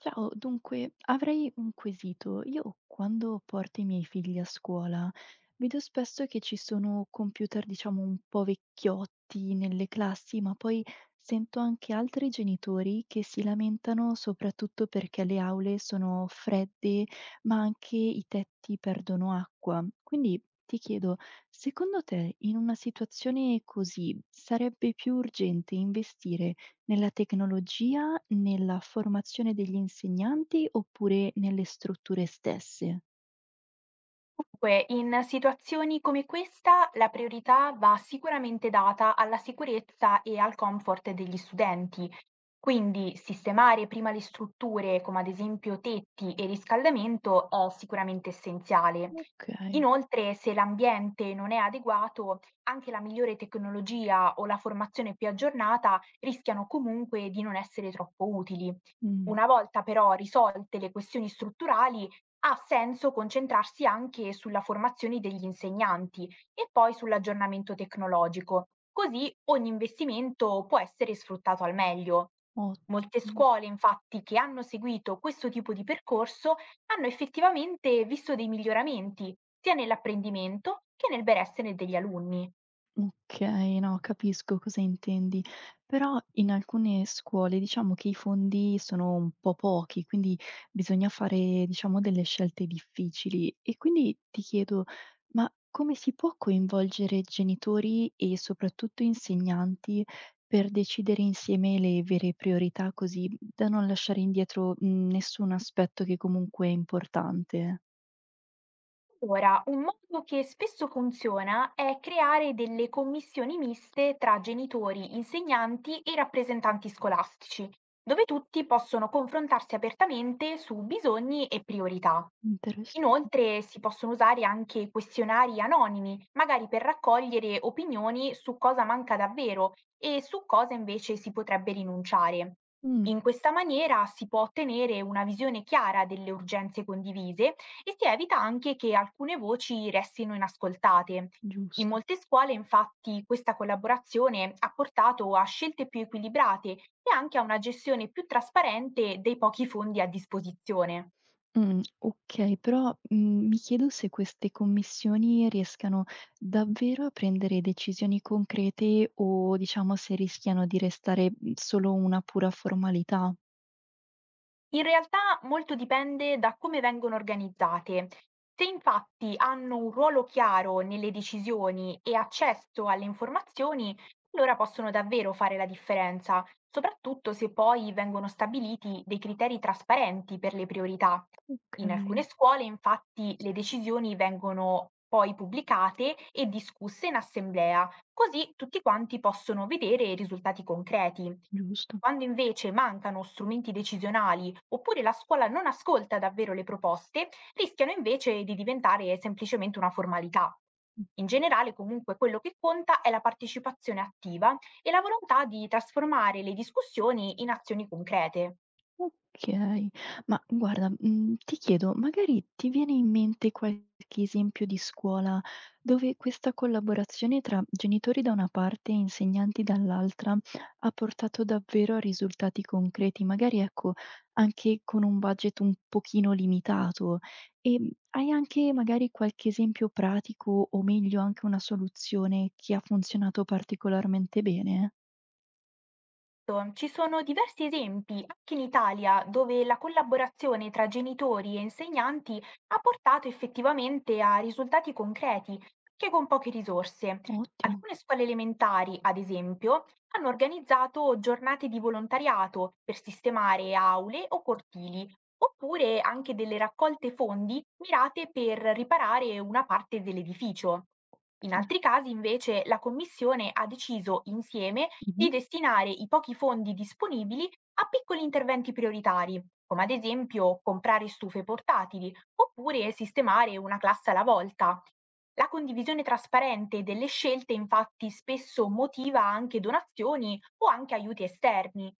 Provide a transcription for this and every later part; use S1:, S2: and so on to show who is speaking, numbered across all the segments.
S1: Ciao, dunque avrei un quesito. Io quando porto i miei figli a scuola vedo spesso che ci sono computer, diciamo, un po' vecchiotti nelle classi, ma poi sento anche altri genitori che si lamentano soprattutto perché le aule sono fredde, ma anche i tetti perdono acqua. Quindi ti chiedo, secondo te in una situazione così sarebbe più urgente investire nella tecnologia, nella formazione degli insegnanti oppure nelle strutture stesse?
S2: Comunque, in situazioni come questa, la priorità va sicuramente data alla sicurezza e al comfort degli studenti. Quindi sistemare prima le strutture, come ad esempio tetti e riscaldamento, è sicuramente essenziale.
S1: Okay.
S2: Inoltre, se l'ambiente non è adeguato, anche la migliore tecnologia o la formazione più aggiornata rischiano comunque di non essere troppo utili.
S1: Mh.
S2: Una volta però risolte le questioni strutturali, ha senso concentrarsi anche sulla formazione degli insegnanti e poi sull'aggiornamento tecnologico, così ogni investimento può essere sfruttato al meglio. Molte
S1: Ottimo.
S2: scuole, infatti, che hanno seguito questo tipo di percorso hanno effettivamente visto dei miglioramenti sia nell'apprendimento che nel benessere degli alunni.
S1: Okay, no, capisco cosa intendi. Però in alcune scuole diciamo che i fondi sono un po' pochi, quindi bisogna fare diciamo delle scelte difficili. E quindi ti chiedo, ma come si può coinvolgere genitori e soprattutto insegnanti per decidere insieme le vere priorità, così da non lasciare indietro, nessun aspetto che comunque è importante?
S2: Allora, un modo che spesso funziona è creare delle commissioni miste tra genitori, insegnanti e rappresentanti scolastici, dove tutti possono confrontarsi apertamente su bisogni e priorità.
S1: Interessante.
S2: Inoltre si possono usare anche questionari anonimi, magari per raccogliere opinioni su cosa manca davvero e su cosa invece si potrebbe rinunciare.
S1: Mh.
S2: In questa maniera si può ottenere una visione chiara delle urgenze condivise e si evita anche che alcune voci restino inascoltate. In
S1: Giusto.
S2: molte scuole, infatti, questa collaborazione ha portato a scelte più equilibrate e anche a una gestione più trasparente dei pochi fondi a disposizione.
S1: Okay, però, mi chiedo se queste commissioni riescano davvero a prendere decisioni concrete o diciamo se rischiano di restare, solo una pura formalità.
S2: In realtà molto dipende da come vengono organizzate. Se infatti hanno un ruolo chiaro nelle decisioni e accesso alle informazioni, allora possono davvero fare la differenza, soprattutto se poi vengono stabiliti dei criteri trasparenti per le priorità. In alcune
S1: Okay.
S2: scuole, infatti, le decisioni vengono poi pubblicate e discusse in assemblea, così tutti quanti possono vedere i risultati concreti.
S1: Giusto.
S2: Quando invece mancano strumenti decisionali oppure la scuola non ascolta davvero le proposte, rischiano invece di diventare semplicemente una formalità. In generale, comunque, quello che conta è la partecipazione attiva e la volontà di trasformare le discussioni in azioni concrete.
S1: Okay, ma guarda, ti chiedo, magari ti viene in mente qualche esempio di scuola dove questa collaborazione tra genitori da una parte e insegnanti dall'altra ha portato davvero a risultati concreti, magari ecco, anche con un budget un pochino limitato? Ehm, Hai anche magari qualche esempio pratico o meglio anche una soluzione che ha funzionato particolarmente bene?
S2: Ci sono diversi esempi anche in Italia dove la collaborazione tra genitori e insegnanti ha portato effettivamente a risultati concreti, anche con poche risorse.
S1: Ottimo.
S2: Alcune scuole elementari, ad esempio, hanno organizzato giornate di volontariato per sistemare aule o cortili. Oppure anche delle raccolte fondi mirate per riparare una parte dell'edificio. In
S1: Eh.
S2: altri casi, invece, la Commissione ha deciso insieme
S1: Mh-mh.
S2: di destinare i pochi fondi disponibili a piccoli interventi prioritari, come ad esempio comprare stufe portatili oppure sistemare una classe alla volta. La condivisione trasparente delle scelte infatti spesso motiva anche donazioni o anche aiuti esterni.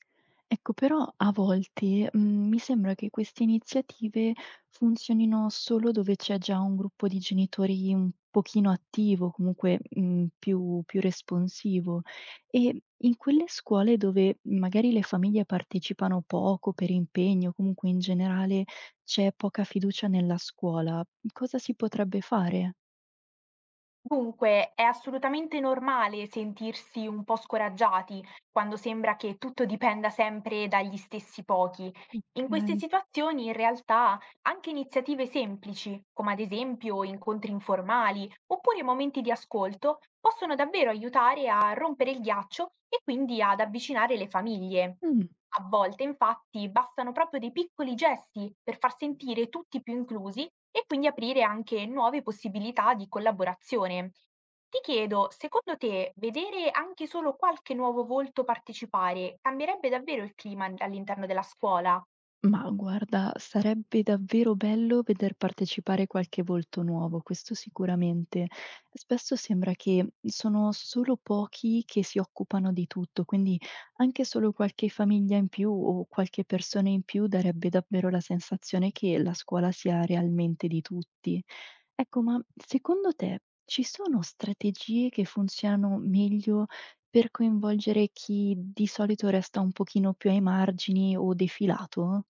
S1: Ecco, però a volte, mi sembra che queste iniziative funzionino solo dove c'è già un gruppo di genitori un pochino attivo, comunque, più responsivo. E in quelle scuole dove magari le famiglie partecipano poco per impegno, comunque in generale c'è poca fiducia nella scuola, cosa si potrebbe fare?
S2: Dunque, è assolutamente normale sentirsi un po' scoraggiati quando sembra che tutto dipenda sempre dagli stessi pochi. In queste
S1: Okay.
S2: situazioni, in realtà, anche iniziative semplici, come ad esempio incontri informali oppure momenti di ascolto possono davvero aiutare a rompere il ghiaccio e quindi ad avvicinare le famiglie.
S1: Mh.
S2: A volte, infatti, bastano proprio dei piccoli gesti per far sentire tutti più inclusi e quindi aprire anche nuove possibilità di collaborazione. Ti chiedo, secondo te, vedere anche solo qualche nuovo volto partecipare cambierebbe davvero il clima all'interno della scuola?
S1: Ma guarda, sarebbe davvero bello veder partecipare qualche volto nuovo, questo sicuramente. Spesso sembra che sono solo pochi che si occupano di tutto, quindi anche solo qualche famiglia in più o qualche persona in più darebbe davvero la sensazione che la scuola sia realmente di tutti. Ecco, ma secondo te ci sono strategie che funzionano meglio per coinvolgere chi di solito resta un pochino più ai margini o defilato?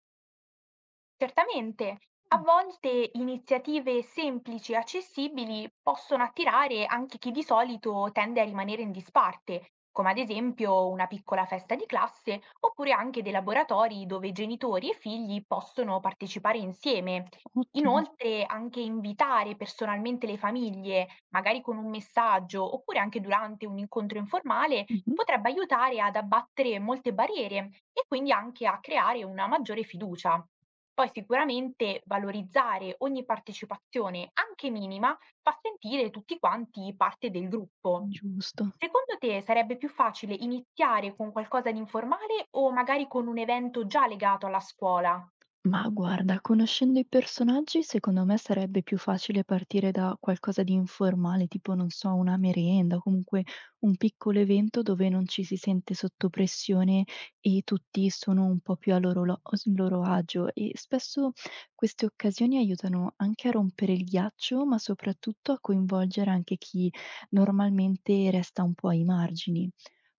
S2: Certamente, a
S1: Mh.
S2: volte iniziative semplici e accessibili possono attirare anche chi di solito tende a rimanere in disparte, come ad esempio una piccola festa di classe oppure anche dei laboratori dove genitori e figli possono partecipare insieme.
S1: Ottimo.
S2: Inoltre, anche invitare personalmente le famiglie, magari con un messaggio oppure anche durante un incontro informale,
S1: Mh-mh.
S2: potrebbe aiutare ad abbattere molte barriere e quindi anche a creare una maggiore fiducia. Poi sicuramente valorizzare ogni partecipazione, anche minima, fa sentire tutti quanti parte del gruppo.
S1: Giusto.
S2: Secondo te sarebbe più facile iniziare con qualcosa di informale o magari con un evento già legato alla scuola?
S1: Ma guarda, conoscendo i personaggi, secondo me sarebbe più facile partire da qualcosa di informale, tipo, non so, una merenda o comunque un piccolo evento dove non ci si sente sotto pressione e tutti sono un po' più a loro lo s loro agio. E spesso queste occasioni aiutano anche a rompere il ghiaccio, ma soprattutto a coinvolgere anche chi normalmente resta un po' ai margini.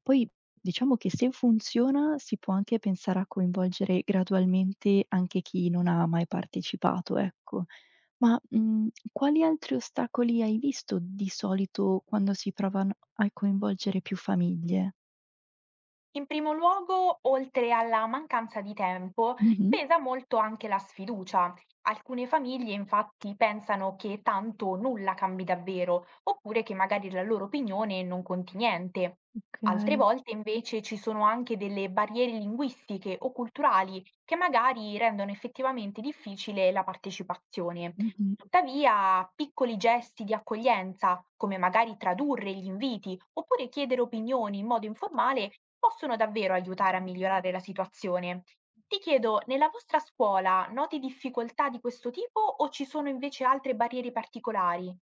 S1: Poi diciamo che se funziona si può anche pensare a coinvolgere gradualmente anche chi non ha mai partecipato, ecco. Ma, quali altri ostacoli hai visto di solito quando si provano a coinvolgere più famiglie?
S2: In primo luogo, oltre alla mancanza di tempo,
S1: Mh-mh.
S2: pesa molto anche la sfiducia. Alcune famiglie infatti pensano che tanto nulla cambi davvero, oppure che magari la loro opinione non conti niente. Altre
S1: Okay.
S2: volte invece ci sono anche delle barriere linguistiche o culturali che magari rendono effettivamente difficile la partecipazione.
S1: Mh-mh.
S2: Tuttavia, piccoli gesti di accoglienza, come magari tradurre gli inviti oppure chiedere opinioni in modo informale, possono davvero aiutare a migliorare la situazione. Ti chiedo, nella vostra scuola noti difficoltà di questo tipo o ci sono invece altre barriere particolari?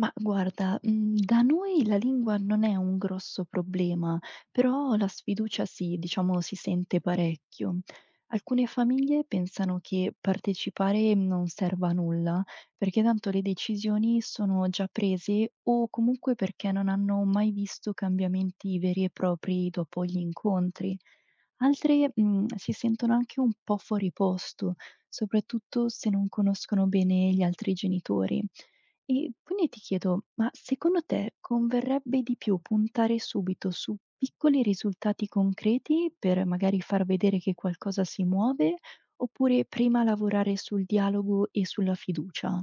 S1: Ma guarda, da noi la lingua non è un grosso problema, però la sfiducia sì, diciamo si sente parecchio. Alcune famiglie pensano che partecipare non serva a nulla, perché tanto le decisioni sono già prese o comunque perché non hanno mai visto cambiamenti veri e propri dopo gli incontri. Altre, si sentono anche un po' fuori posto, soprattutto se non conoscono bene gli altri genitori. E quindi ti chiedo, ma secondo te converrebbe di più puntare subito su piccoli risultati concreti per magari far vedere che qualcosa si muove, oppure prima lavorare sul dialogo e sulla fiducia?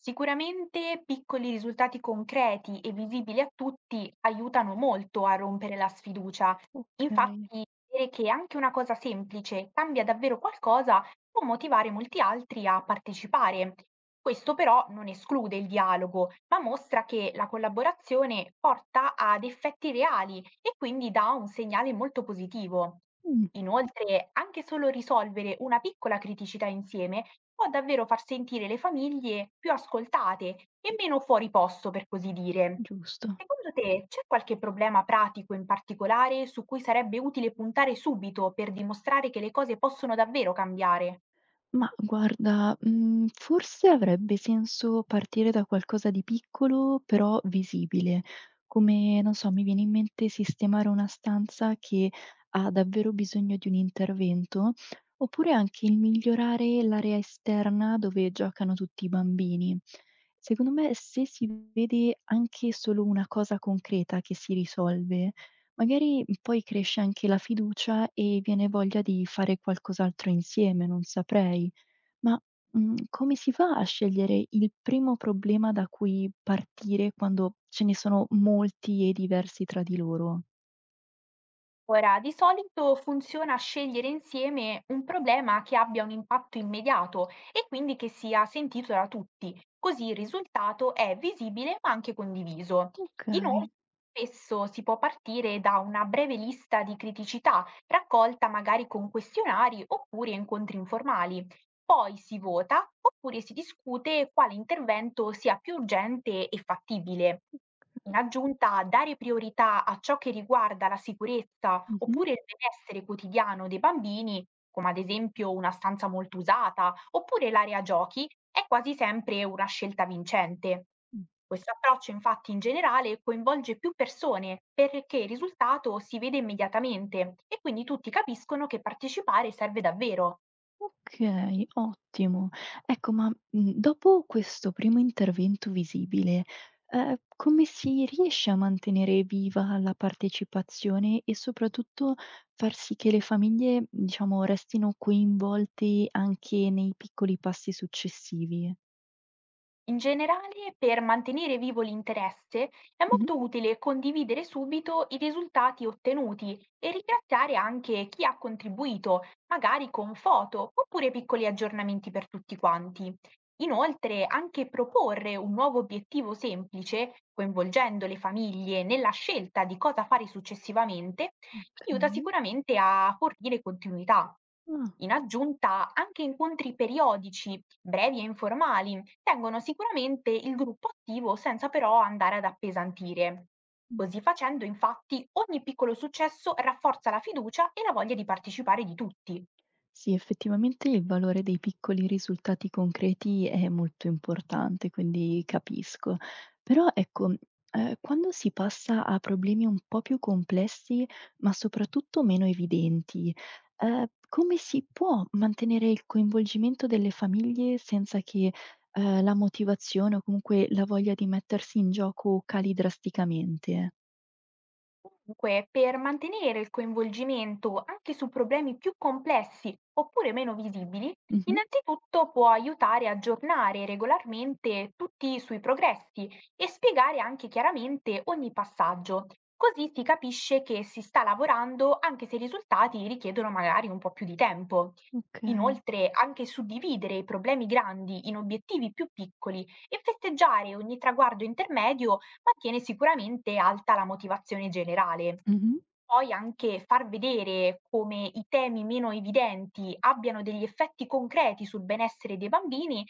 S2: Sicuramente piccoli risultati concreti e visibili a tutti aiutano molto a rompere la sfiducia.
S1: Okay.
S2: Infatti, vedere che anche una cosa semplice cambia davvero qualcosa può motivare molti altri a partecipare. Questo però non esclude il dialogo, ma mostra che la collaborazione porta ad effetti reali e quindi dà un segnale molto positivo.
S1: Mh.
S2: Inoltre, anche solo risolvere una piccola criticità insieme può davvero far sentire le famiglie più ascoltate e meno fuori posto, per così dire.
S1: Giusto.
S2: Secondo te c'è qualche problema pratico in particolare su cui sarebbe utile puntare subito per dimostrare che le cose possono davvero cambiare?
S1: Ma guarda, forse avrebbe senso partire da qualcosa di piccolo, però visibile. Come, non so, mi viene in mente sistemare una stanza che ha davvero bisogno di un intervento, oppure anche il migliorare l'area esterna dove giocano tutti i bambini. Secondo me, se si vede anche solo una cosa concreta che si risolve, magari poi cresce anche la fiducia e viene voglia di fare qualcos'altro insieme, non saprei. Ma, come si fa a scegliere il primo problema da cui partire quando ce ne sono molti e diversi tra di loro?
S2: Ora, di solito funziona scegliere insieme un problema che abbia un impatto immediato e quindi che sia sentito da tutti, così il risultato è visibile ma anche condiviso. Inoltre,
S1: Okay.
S2: spesso si può partire da una breve lista di criticità, raccolta magari con questionari oppure incontri informali. Poi si vota oppure si discute quale intervento sia più urgente e fattibile. In aggiunta, dare priorità a ciò che riguarda la sicurezza
S1: Mh-mh.
S2: oppure il benessere quotidiano dei bambini, come ad esempio una stanza molto usata oppure l'area giochi, è quasi sempre una scelta vincente.
S1: Mh.
S2: Questo approccio infatti in generale coinvolge più persone perché il risultato si vede immediatamente e quindi tutti capiscono che partecipare serve davvero.
S1: Okay, ottimo. Ecco, ma, dopo questo primo intervento visibile, come si riesce a mantenere viva la partecipazione e soprattutto far sì che le famiglie, diciamo, restino coinvolte anche nei piccoli passi successivi?
S2: In generale, per mantenere vivo l'interesse è
S1: Mh-mh.
S2: molto utile condividere subito i risultati ottenuti e ringraziare anche chi ha contribuito, magari con foto oppure piccoli aggiornamenti per tutti quanti. Inoltre, anche proporre un nuovo obiettivo semplice, coinvolgendo le famiglie nella scelta di cosa fare successivamente, aiuta
S1: Okay.
S2: sicuramente a fornire continuità.
S1: Ah.
S2: In aggiunta, anche incontri periodici, brevi e informali tengono sicuramente il gruppo attivo senza però andare ad appesantire.
S1: Mh.
S2: Così facendo, infatti, ogni piccolo successo rafforza la fiducia e la voglia di partecipare di tutti.
S1: Sì, effettivamente il valore dei piccoli risultati concreti è molto importante, quindi capisco. Però ecco, quando si passa a problemi un po' più complessi, ma soprattutto meno evidenti, come si può mantenere il coinvolgimento delle famiglie senza che, la motivazione o comunque la voglia di mettersi in gioco cali drasticamente?
S2: Comunque, per mantenere il coinvolgimento anche su problemi più complessi oppure meno visibili,
S1: Mh-mh.
S2: innanzitutto può aiutare a aggiornare regolarmente tutti i suoi progressi e spiegare anche chiaramente ogni passaggio. Così si capisce che si sta lavorando anche se i risultati richiedono magari un po' più di tempo.
S1: Okay.
S2: Inoltre, anche suddividere i problemi grandi in obiettivi più piccoli e festeggiare ogni traguardo intermedio ma tiene sicuramente alta la motivazione generale.
S1: Mh-mh.
S2: Poi anche far vedere come i temi meno evidenti abbiano degli effetti concreti sul benessere dei bambini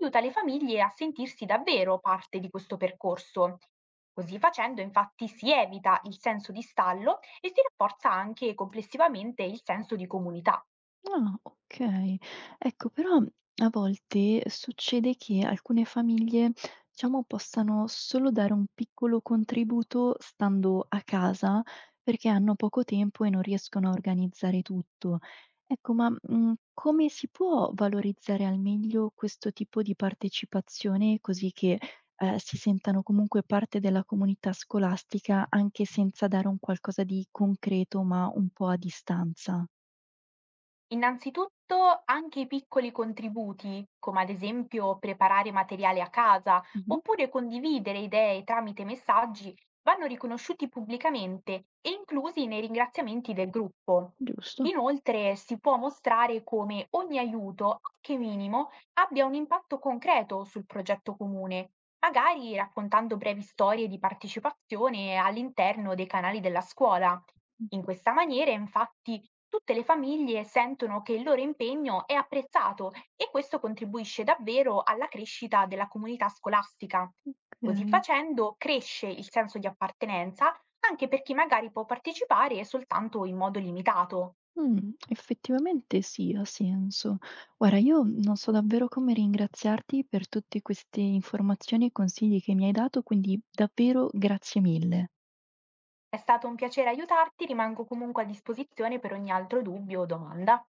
S2: aiuta le famiglie a sentirsi davvero parte di questo percorso. Così facendo infatti si evita il senso di stallo e si rafforza anche complessivamente il senso di comunità.
S1: Ah, okay. Ecco, però a volte succede che alcune famiglie, diciamo, possano solo dare un piccolo contributo stando a casa, perché hanno poco tempo e non riescono a organizzare tutto. Ecco, ma, come si può valorizzare al meglio questo tipo di partecipazione, così che, si sentano comunque parte della comunità scolastica, anche senza dare un qualcosa di concreto, ma un po' a distanza?
S2: Innanzitutto anche i piccoli contributi, come ad esempio preparare materiale a casa
S1: Mh-mh.
S2: oppure condividere idee tramite messaggi, vanno riconosciuti pubblicamente e inclusi nei ringraziamenti del gruppo.
S1: Giusto.
S2: Inoltre si può mostrare come ogni aiuto, anche minimo, abbia un impatto concreto sul progetto comune, magari raccontando brevi storie di partecipazione all'interno dei canali della scuola. In questa maniera, infatti, tutte le famiglie sentono che il loro impegno è apprezzato e questo contribuisce davvero alla crescita della comunità scolastica. Così
S1: Okay.
S2: facendo cresce il senso di appartenenza anche per chi magari può partecipare soltanto in modo limitato.
S1: Effettivamente sì, ha senso. Guarda, io non so davvero come ringraziarti per tutte queste informazioni e consigli che mi hai dato, quindi davvero grazie mille.
S2: È stato un piacere aiutarti, rimango comunque a disposizione per ogni altro dubbio o domanda.